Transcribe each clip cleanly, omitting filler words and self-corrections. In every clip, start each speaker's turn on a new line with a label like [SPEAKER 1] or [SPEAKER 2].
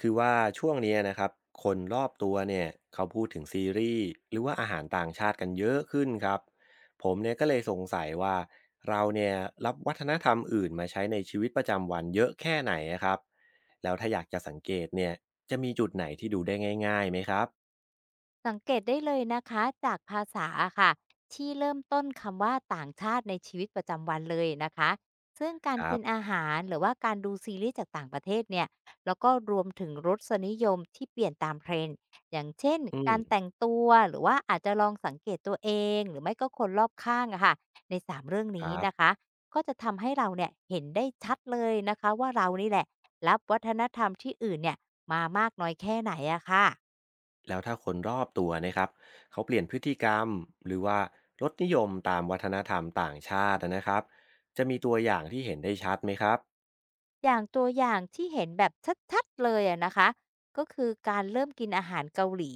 [SPEAKER 1] คือว่าช่วงเนี้ยนะครับคนรอบตัวเนี่ยเขาพูดถึงซีรีส์หรือว่าอาหารต่างชาติกันเยอะขึ้นครับผมเนี่ยก็เลยสงสัยว่าเราเนี่ยรับวัฒนธรรมอื่นมาใช้ในชีวิตประจำวันเยอะแค่ไหนอะครับแล้วถ้าอยากจะสังเกตเนี่ยจะมีจุดไหนที่ดูได้ง่ายๆไหมครับ
[SPEAKER 2] สังเกตได้เลยนะคะจากภาษาค่ะที่เริ่มต้นคำว่าต่างชาติในชีวิตประจำวันเลยนะคะซึ่งกา
[SPEAKER 1] ค
[SPEAKER 2] ร
[SPEAKER 1] รั
[SPEAKER 2] กิ
[SPEAKER 1] บ
[SPEAKER 2] นอาหารหรือว่าการดูซีรีส์จากต่างประเทศเนี่ยแล้วก็รวมถึงรสนิยมที่เปลี่ยนตามเทรนด์อย่างเช่น
[SPEAKER 1] อืม
[SPEAKER 2] การแต่งตัวหรือว่าอาจจะลองสังเกตตัวเองหรือไม่ก็คนรอบข้างอะค่ะในสามเรื่อง
[SPEAKER 1] ค
[SPEAKER 2] นี้
[SPEAKER 1] รับ
[SPEAKER 2] นะคะก็จะทำให้เราเนี่ยเห็นได้ชัดเลยนะคะว่าเรานี่แหละรับวัฒนธรรมที่อื่นเนี่ยมามากน้อยแค่ไหนอะค่ะ
[SPEAKER 1] แล้วถ้าคนรอบตัวนะครับเขาเปลี่ยนพฤติกรรมหรือว่ารสนิยมตามวัฒนธรรมต่างชาตินะครับจะมีตัวอย่างที่เห็นได้ชัดไหมครับ
[SPEAKER 2] อย่างตัวอย่างที่เห็นแบบชัดๆเลยอะนะคะก็คือการเริ่มกินอาหารเกาหลี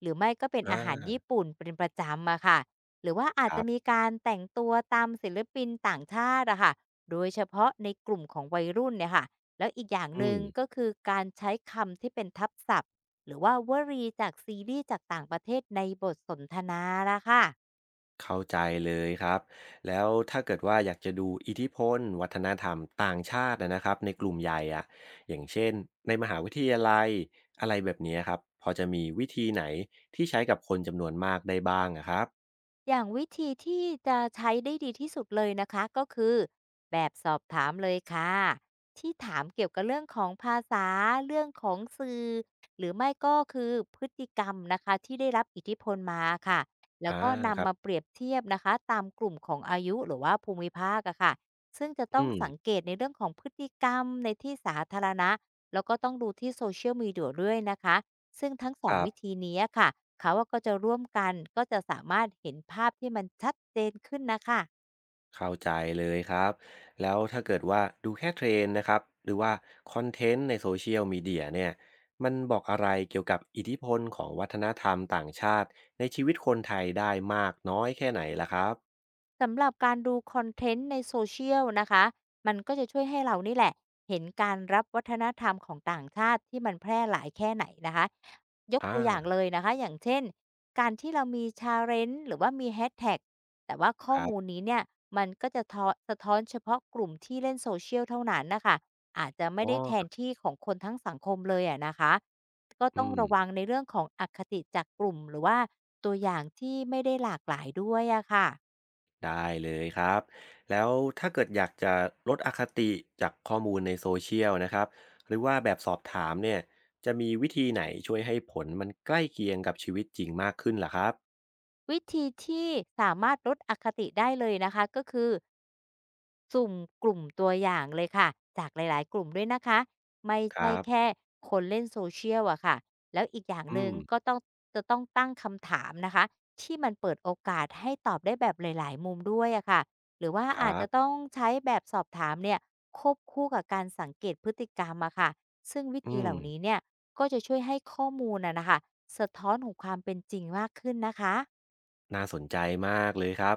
[SPEAKER 2] หรือไม่ก็เป็นอาหาร
[SPEAKER 1] อ่า
[SPEAKER 2] ญี่ปุ่นเป็นประจำอะค่ะหรือว่า
[SPEAKER 1] ค
[SPEAKER 2] อาจ
[SPEAKER 1] รั
[SPEAKER 2] จะ
[SPEAKER 1] บ
[SPEAKER 2] มีการแต่งตัวตามศิลปินต่างชาติอะค่ะโดยเฉพาะในกลุ่มของวัยรุ่นเนี่ยค่ะแล้วอีกอย่าง
[SPEAKER 1] อื
[SPEAKER 2] หนึ่
[SPEAKER 1] ม
[SPEAKER 2] งก็คือการใช้คำที่เป็นทับศัพท์หรือว่าวลีจากซีรีส์จากต่างประเทศในบทสนทนาละค่ะ
[SPEAKER 1] เข้าใจเลยครับแล้วถ้าเกิดว่าอยากจะดูอิทธิพลวัฒนธรรมต่างชาตินะครับในกลุ่มใหญ่อะอย่างเช่นในมหาวิทยาลัยอะไรแบบนี้ครับพอจะมีวิธีไหนที่ใช้กับคนจำนวนมากได้บ้างอะครับ
[SPEAKER 2] อย่างวิธีที่จะใช้ได้ดีที่สุดเลยนะคะก็คือแบบสอบถามเลยค่ะที่ถามเกี่ยวกับเรื่องของภาษาเรื่องของสื่อหรือไม่ก็คือพฤติกรรมนะคะที่ได้รับอิทธิพลมาค่ะแล้
[SPEAKER 1] อา
[SPEAKER 2] วก็
[SPEAKER 1] ครั
[SPEAKER 2] นำมา
[SPEAKER 1] บ
[SPEAKER 2] เปรียบเทียบนะคะตามกลุ่มของอายุหรือว่าภูมิภาคอะค่ะซึ่งจะต้อ
[SPEAKER 1] อื
[SPEAKER 2] ง
[SPEAKER 1] ม
[SPEAKER 2] สังเกตในเรื่องของพฤติกรรมในที่สาธารณะแล้วก็ต้องดูที่โซเชียลมีเดียด้วยนะคะ ซึ่งทั้งส
[SPEAKER 1] ค
[SPEAKER 2] อง
[SPEAKER 1] รั
[SPEAKER 2] วิธี
[SPEAKER 1] บ
[SPEAKER 2] นี้ค่ะเขาก็จะร่วมกันก็จะสามารถเห็นภาพที่มันชัดเจนขึ้นนะคะ
[SPEAKER 1] เข้าใจเลยครับแล้วถ้าเกิดว่าดูแค่เทรนด์นะครับหรือว่าคอนเทนต์ในโซเชียลมีเดียเนี่ยมันบอกอะไรเกี่ยวกับอิทธิพลของวัฒนธรรมต่างชาติในชีวิตคนไทยได้มากน้อยแค่ไหนล่ะครับ
[SPEAKER 2] สำหรับการดูคอนเทนต์ใน Social นะคะมันก็จะช่วยให้เรานี่แหละเห็นการรับวัฒนธรรมของต่างชาติที่มันแพร่หลายแค่ไหนนะคะยก
[SPEAKER 1] อ่า
[SPEAKER 2] ตัวอย่างเลยนะคะอย่างเช่นการที่เรามี Challenge หรือว่ามี h a ชแ t ็กแต่ว่าข้
[SPEAKER 1] ค
[SPEAKER 2] อ
[SPEAKER 1] รับ
[SPEAKER 2] มูลนี้เนี่ยมันก็จะสะท้อนเฉพาะกลุ่มที่เล่น Social เชียลเท่านั้นนะคะอาจจะไม่
[SPEAKER 1] อ๋อ
[SPEAKER 2] ได้แท
[SPEAKER 1] ครั
[SPEAKER 2] น
[SPEAKER 1] บ
[SPEAKER 2] ที่ของคนทั้งสังคมเลยอะนะคะก็ต้
[SPEAKER 1] อื
[SPEAKER 2] อง
[SPEAKER 1] ม
[SPEAKER 2] ระวังในเรื่องของอคติจากกลุ่มหรือว่าตัวอย่างที่ไม่ได้หลากหลายด้วยอะค่ะ
[SPEAKER 1] ได้เลยครับแล้วถ้าเกิดอยากจะลดอคติจากข้อมูลในโซเชียลนะครับหรือว่าแบบสอบถามเนี่ยจะมีวิธีไหนช่วยให้ผลมันใกล้เคียงกับชีวิตจริงมากขึ้นล่ะครับ
[SPEAKER 2] วิธีที่สามารถลดอคติได้เลยนะคะก็คือสุ่มกลุ่มตัวอย่างเลยค่ะจากหลายๆกลุ่มด้วยนะคะไม่
[SPEAKER 1] ค
[SPEAKER 2] ใช่
[SPEAKER 1] รับ
[SPEAKER 2] แค่คนเล่น s o ช i a l อะค่ะแล้วอีกอย่างห
[SPEAKER 1] อื
[SPEAKER 2] นึ่ง
[SPEAKER 1] ม
[SPEAKER 2] ก็ต้องจะต้องตั้งคำถามนะคะที่มันเปิดโอกาสให้ตอบได้แบบหลายๆมุมด้วยอะค่ะหรือว่า
[SPEAKER 1] ค
[SPEAKER 2] อาจ
[SPEAKER 1] รับ
[SPEAKER 2] จะต้องใช้แบบสอบถามเนี่ยควบคู่กับการสังเกตพฤติกรรมอะค่ะซึ่งวิ
[SPEAKER 1] อื
[SPEAKER 2] ธี
[SPEAKER 1] ม
[SPEAKER 2] เหล่านี้เนี่ยก็จะช่วยให้ข้อมูลอะนะคะสะท้อนของความเป็นจริงมากขึ้นนะคะ
[SPEAKER 1] น่าสนใจมากเลยครับ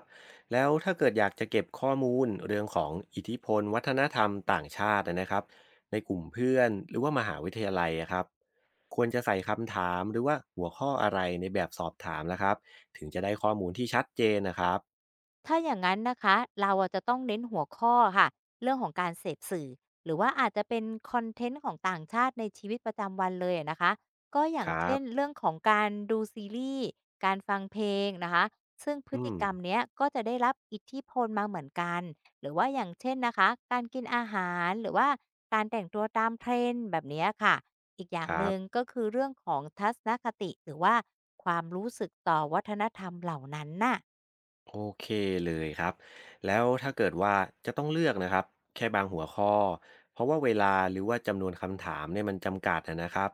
[SPEAKER 1] แล้วถ้าเกิดอยากจะเก็บข้อมูลเรื่องของอิทธิพลวัฒนธรรมต่างชาตินะครับในกลุ่มเพื่อนหรือว่ามหาวิทยาลัยอะครับควรจะใส่คำถามหรือว่าหัวข้ออะไรในแบบสอบถามนะครับถึงจะได้ข้อมูลที่ชัดเจนนะครับ
[SPEAKER 2] ถ้าอย่างนั้นนะคะเราอะจะต้องเน้นหัวข้อค่ะเรื่องของการเสพสื่อหรือว่าอาจจะเป็นคอนเทนต์ของต่างชาติในชีวิตประจำวันเลยอะนะคะก็อ
[SPEAKER 1] ค
[SPEAKER 2] ย่าง
[SPEAKER 1] รั
[SPEAKER 2] เช่น
[SPEAKER 1] บ
[SPEAKER 2] เรื่องของการดูซีรีส์การฟังเพลงนะคะซึ่งพฤ
[SPEAKER 1] อื
[SPEAKER 2] ติ
[SPEAKER 1] ม
[SPEAKER 2] กรรมเนี้ยก็จะได้รับอิทธิพลมาเหมือนกันหรือว่าอย่างเช่นนะคะการกินอาหารหรือว่าการแต่งตัวตาม t r e n แบบเนี้ยค่ะอีกอย่า
[SPEAKER 1] ค
[SPEAKER 2] ง
[SPEAKER 1] รั
[SPEAKER 2] หนึ่ง
[SPEAKER 1] บ
[SPEAKER 2] ก็คือเรื่องของทัศนคติหรือว่าความรู้สึกต่อวัฒนธรรมเหล่านั้นน่ะ
[SPEAKER 1] โอเคเลยครับแล้วถ้าเกิดว่าจะต้องเลือกนะครับแค่บางหัวข้อเพราะว่าเวลาหรือว่าจำนวนคำถามเนี่ยมันจำกัดนะครับ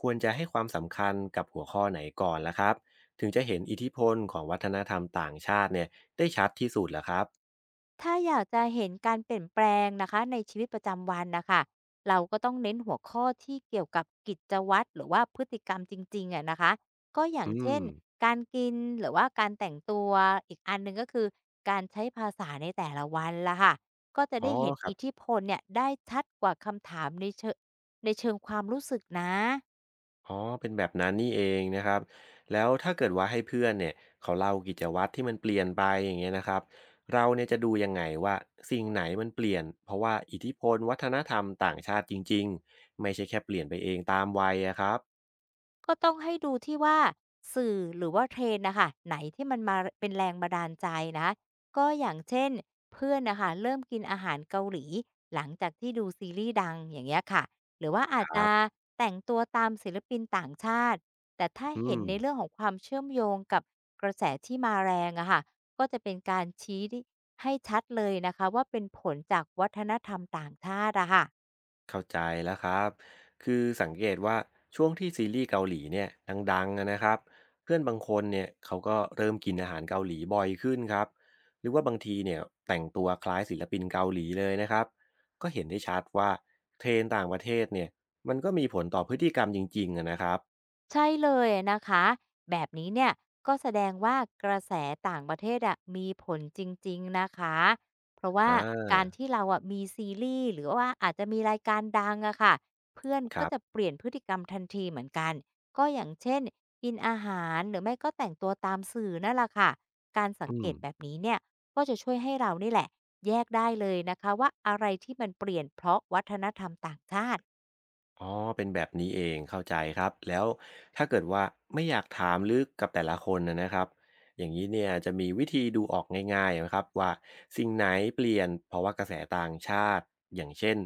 [SPEAKER 1] ควรจะให้ความสำคัญกับหัวข้อไหนก่อนล่ะครับถึงจะเห็นอิทธิพลของวัฒนธรรมต่างชาติเนี่ยได้ชัดที่สุดล่ะครับ
[SPEAKER 2] ถ้าอยากจะเห็นการเปลี่ยนแปลงนะคะในชีวิตประจำวันนะคะเราก็ต้องเน้นหัวข้อที่เกี่ยวกับกิจวัตรหรือว่าพฤติกรรมจริงๆอะนะคะก็อย่า
[SPEAKER 1] อื
[SPEAKER 2] ง
[SPEAKER 1] ม
[SPEAKER 2] เช่นการกินหรือว่าการแต่งตัวอีกอันหนึ่งก็คือการใช้ภาษาในแต่ละวันละค่ะก็จะ
[SPEAKER 1] อ๋อ
[SPEAKER 2] ได้เห็น
[SPEAKER 1] ครับ
[SPEAKER 2] อิทธิพลเนี่ยได้ชัดกว่าคำถามในเชิงความรู้สึกนะ
[SPEAKER 1] อ๋อเป็นแบบนั้นนี่เองนะครับ แล้วถ้าเกิดว่าให้เพื่อนเนี่ยเขาเล่ากิจวัตรที่มันเปลี่ยนไปอย่างเงี้ยนะครับ เราเนี่ยจะดูยังไงว่าสิ่งไหนมันเปลี่ยนเพราะว่าอิทธิพลวัฒนธรรมต่างชาติจริงๆไม่ใช่แค่เปลี่ยนไปเองตามวัยอะครับ
[SPEAKER 2] ก็ต้องให้ดูที่ว่าสื่อหรือว่าเทรน n นะคะไหนที่มันมาเป็นแรงบันดาลใจนะก็อย่างเช่นเพื่อนนะคะเริ่มกินอาหารเกาหลีหลังจากที่ดูซีรีส์ดังอย่างเงี้ยค่ะหรือว่า
[SPEAKER 1] ค
[SPEAKER 2] อาจ
[SPEAKER 1] รั
[SPEAKER 2] จะ
[SPEAKER 1] บ
[SPEAKER 2] แต่งตัวตามศิลปินต่างชาติแต่ถ้า
[SPEAKER 1] อื
[SPEAKER 2] เห็
[SPEAKER 1] ม
[SPEAKER 2] นในเรื่องของความเชื่อมโยงกับกระแสที่มาแรงอะค่ะก็จะเป็นการชี้ให้ชัดเลยนะคะว่าเป็นผลจากวัฒนธรรมต่างชาติอะค่ะ
[SPEAKER 1] เข้าใจแล้วครับ คือสังเกตว่าช่วงที่ซีรีส์เกาหลีเนี่ยดังๆอะนะครับเพื่อนบางคนเนี่ยเขาก็เริ่มกินอาหารเกาหลีบ่อยขึ้นครับหรือว่าบางทีเนี่ยแต่งตัวคล้ายศิลปินเกาหลีเลยนะครับก็เห็นได้ชัดว่าเทรนด์ต่างประเทศเนี่ยมันก็มีผลต่อพฤติกรรมจริงๆอะนะครับ
[SPEAKER 2] ใช่เลยนะคะแบบนี้เนี่ยก็แสดงว่ากระแสต่างประเทศอะมีผลจริงๆนะคะเพราะว่า
[SPEAKER 1] อ่า
[SPEAKER 2] การที่เราอะมีซีรีส์หรือว่าอาจจะมีรายการดังอะค่ะเพื่อน
[SPEAKER 1] ค
[SPEAKER 2] ก็
[SPEAKER 1] รั
[SPEAKER 2] จะ
[SPEAKER 1] บ
[SPEAKER 2] เปลี่ยนพฤติกรรมทันทีเหมือนกันก็อย่างเช่นกินอาหารหรือไม่ก็แต่งตัวตามสื่อนั่นแหละค่ะการสั
[SPEAKER 1] อื
[SPEAKER 2] งเก
[SPEAKER 1] ม
[SPEAKER 2] ตแบบนี้เนี่ยก็จะช่วยให้เรานี่แหละแยกได้เลยนะคะว่าอะไรที่มันเปลี่ยนเพราะวัฒนธรรมต่างชาติ
[SPEAKER 1] อ๋อเป็นแบบนี้เองเข้าใจครับแล้วถ้าเกิดว่าไม่อยากถามลึกกับแต่ละคนนะครับอย่างนี้เนี่ยจะมีวิธีดูออกง่ายๆไหมครับว่าสิ่งไหนเปลี่ยนเพราะว่ากระแสต่างชาติอย่างเช่น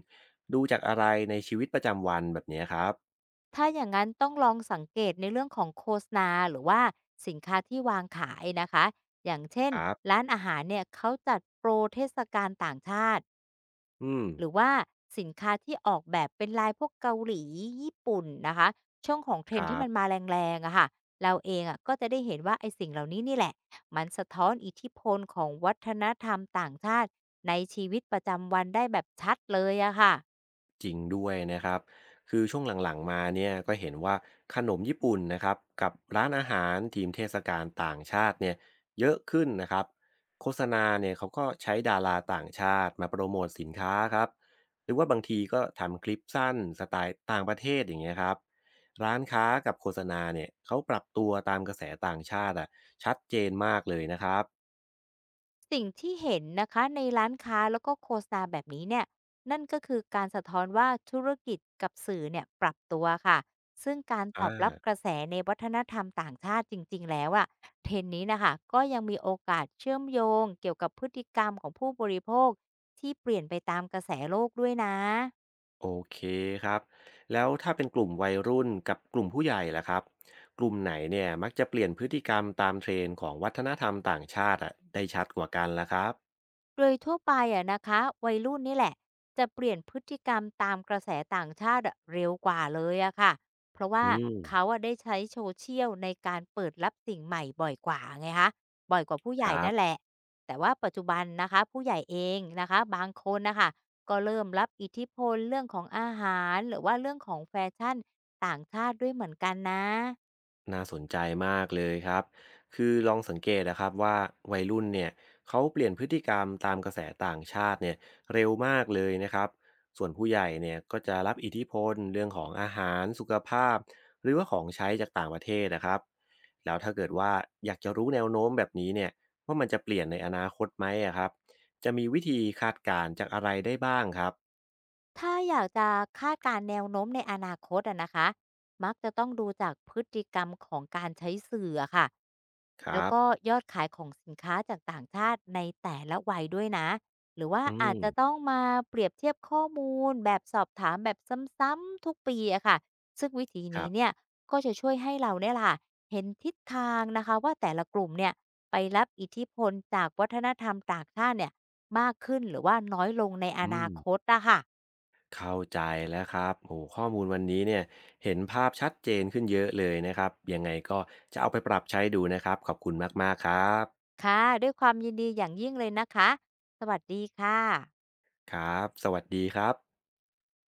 [SPEAKER 1] ดูจากอะไรในชีวิตประจำวันแบบเนี้ยครับ
[SPEAKER 2] ถ้าอย่างนั้นต้องลองสังเกตในเรื่องของโฆษณาหรือว่าสินค้าที่วางขายนะคะอย่างเช่น
[SPEAKER 1] ครับ
[SPEAKER 2] ร้านอาหารเนี่ยเขาจัดโปรเทศกาลต่างชาติ
[SPEAKER 1] อืม
[SPEAKER 2] หรือว่าสินค้าที่ออกแบบเป็นลายพวกเกาหลีญี่ปุ่นนะคะช่วงของ t r
[SPEAKER 1] ค
[SPEAKER 2] e นด์
[SPEAKER 1] รั
[SPEAKER 2] ที่มันมา
[SPEAKER 1] บ
[SPEAKER 2] แรงๆอะค่ะเราเองอะก็จะได้เห็นว่าไอ้สิ่งเหล่านี้นี่แหละมันสะท้อนอิทธิพลของวัฒนธรรมต่างชาติในชีวิตประจำวันได้แบบชัดเลยอะค่ะ
[SPEAKER 1] จริงด้วยนะครับคือช่วงหลังๆมาเนี่ยก็เห็นว่าขนมญี่ปุ่นนะครับกับร้านอาหารทีมเทศกาลต่างชาติเนี่ยเยอะขึ้นนะครับโฆษณาเนี่ยเขาก็ใช้ดาราต่างชาติมาโปรโมทสินค้าครับหรือว่าบางทีก็ทำคลิปสั้นสไตล์ต่างประเทศอย่างเงี้ยครับร้านค้ากับโฆษณาเนี่ยเขาปรับตัวตามกระแสต่างชาติอ่ะชัดเจนมากเลยนะครับ
[SPEAKER 2] สิ่งที่เห็นนะคะในร้านค้าแล้วก็โฆษณาแบบนี้เนี่ยนั่นก็คือการสะท้อนว่าธุรกิจกับสื่อเนี่ยปรับตัวค่ะซึ่งการต
[SPEAKER 1] อ่า
[SPEAKER 2] อบรับกระแสในวัฒนธรรมต่างชาติจริงๆแล้วอะเทรนด์นี้นะคะก็ยังมีโอกาสเชื่อมโยงเกี่ยวกับพฤติกรรมของผู้บริโภคที่เปลี่ยนไปตามกระแสโลกด้วยนะ
[SPEAKER 1] โอเคครับแล้วถ้าเป็นกลุ่มวัยรุ่นกับกลุ่มผู้ใหญ่ล่ะครับกลุ่มไหนเนี่ยมักจะเปลี่ยนพฤติกรรมตามเทรนด์ของวัฒนธรรมต่างชาติอะได้ชัดกว่ากันล่ะครับ
[SPEAKER 2] โดยทั่วไปอะนะคะวัยรุ่นนี่แหละจะเปลี่ยนพฤติกรรมตามกระแสต่างชาติอะเร็วกว่าเลยอะค่ะเพราะ
[SPEAKER 1] อื
[SPEAKER 2] ว่า
[SPEAKER 1] ม
[SPEAKER 2] เขาอะได้ใช้โซเชียลในการเปิดรับสิ่งใหม่บ่อยกว่าไงคะบ่อยกว่าผู้ให
[SPEAKER 1] ค
[SPEAKER 2] ญ่
[SPEAKER 1] รับ
[SPEAKER 2] นั่นแหละแต่ว่าปัจจุบันนะคะผู้ใหญ่เองนะคะบางคนนะคะก็เริ่มรับอิทธิพลเรื่องของอาหารหรือว่าเรื่องของแฟชั่นต่างชาติด้วยเหมือนกันนะ
[SPEAKER 1] น่าสนใจมากเลยครับ คือลองสังเกตนะครับว่าวัยรุ่นเนี่ยเขาเปลี่ยนพฤติกรรมตามกระแสต่างชาติเนี่ยเร็วมากเลยนะครับส่วนผู้ใหญ่เนี่ยก็จะรับอิทธิพลเรื่องของอาหารสุขภาพหรือว่าของใช้จากต่างประเทศนะครับแล้วถ้าเกิดว่าอยากจะรู้แนวโน้มแบบนี้เนี่ยว่ามันจะเปลี่ยนในอนาคตไหมอะครับจะมีวิธีคาดการณ์จากอะไรได้บ้างครับ
[SPEAKER 2] ถ้าอยากจะคาดการณ์แนวโน้มในอนาคตอะนะคะมักจะต้องดูจากพฤติกรรมของการใช้สื่ออะค่ะ
[SPEAKER 1] ค
[SPEAKER 2] แล้
[SPEAKER 1] รั
[SPEAKER 2] ว
[SPEAKER 1] บ
[SPEAKER 2] ก็ยอดขายของสินค้าจากต่างชาติในแต่ละวัยด้วยนะ หรือว่า
[SPEAKER 1] อื
[SPEAKER 2] อา
[SPEAKER 1] ม
[SPEAKER 2] จจะต้องมาเปรียบเทียบข้อมูลแบบสอบถามแบบซ้ำๆทุกปีอะค่ะซึ่งวิธี
[SPEAKER 1] ครั
[SPEAKER 2] นี้
[SPEAKER 1] บ
[SPEAKER 2] เนี่ยก็จะช่วยให้เราเนี่ยล่ะเห็นทิศทางนะคะว่าแต่ละกลุ่มเนี่ยไปรับอิทธิพลจากวัฒนธรรมต่างชาติเนี่ยมากขึ้นหรือว่าน้อยลงในอ
[SPEAKER 1] อืม
[SPEAKER 2] นาคตอะค่ะ
[SPEAKER 1] เข้าใจแล้วครับโอ้โข้อมูลวันนี้เนี่ยเห็นภาพชัดเจนขึ้นเยอะเลยนะครับ ยังไงก็จะเอาไปปรับใช้ดูนะครับ ขอบคุณมากๆครับ
[SPEAKER 2] ค่ะด้วยความยินดีอย่างยิ่งเลยนะคะสวัสดีค่ะ
[SPEAKER 1] ครับสวัสดีครับ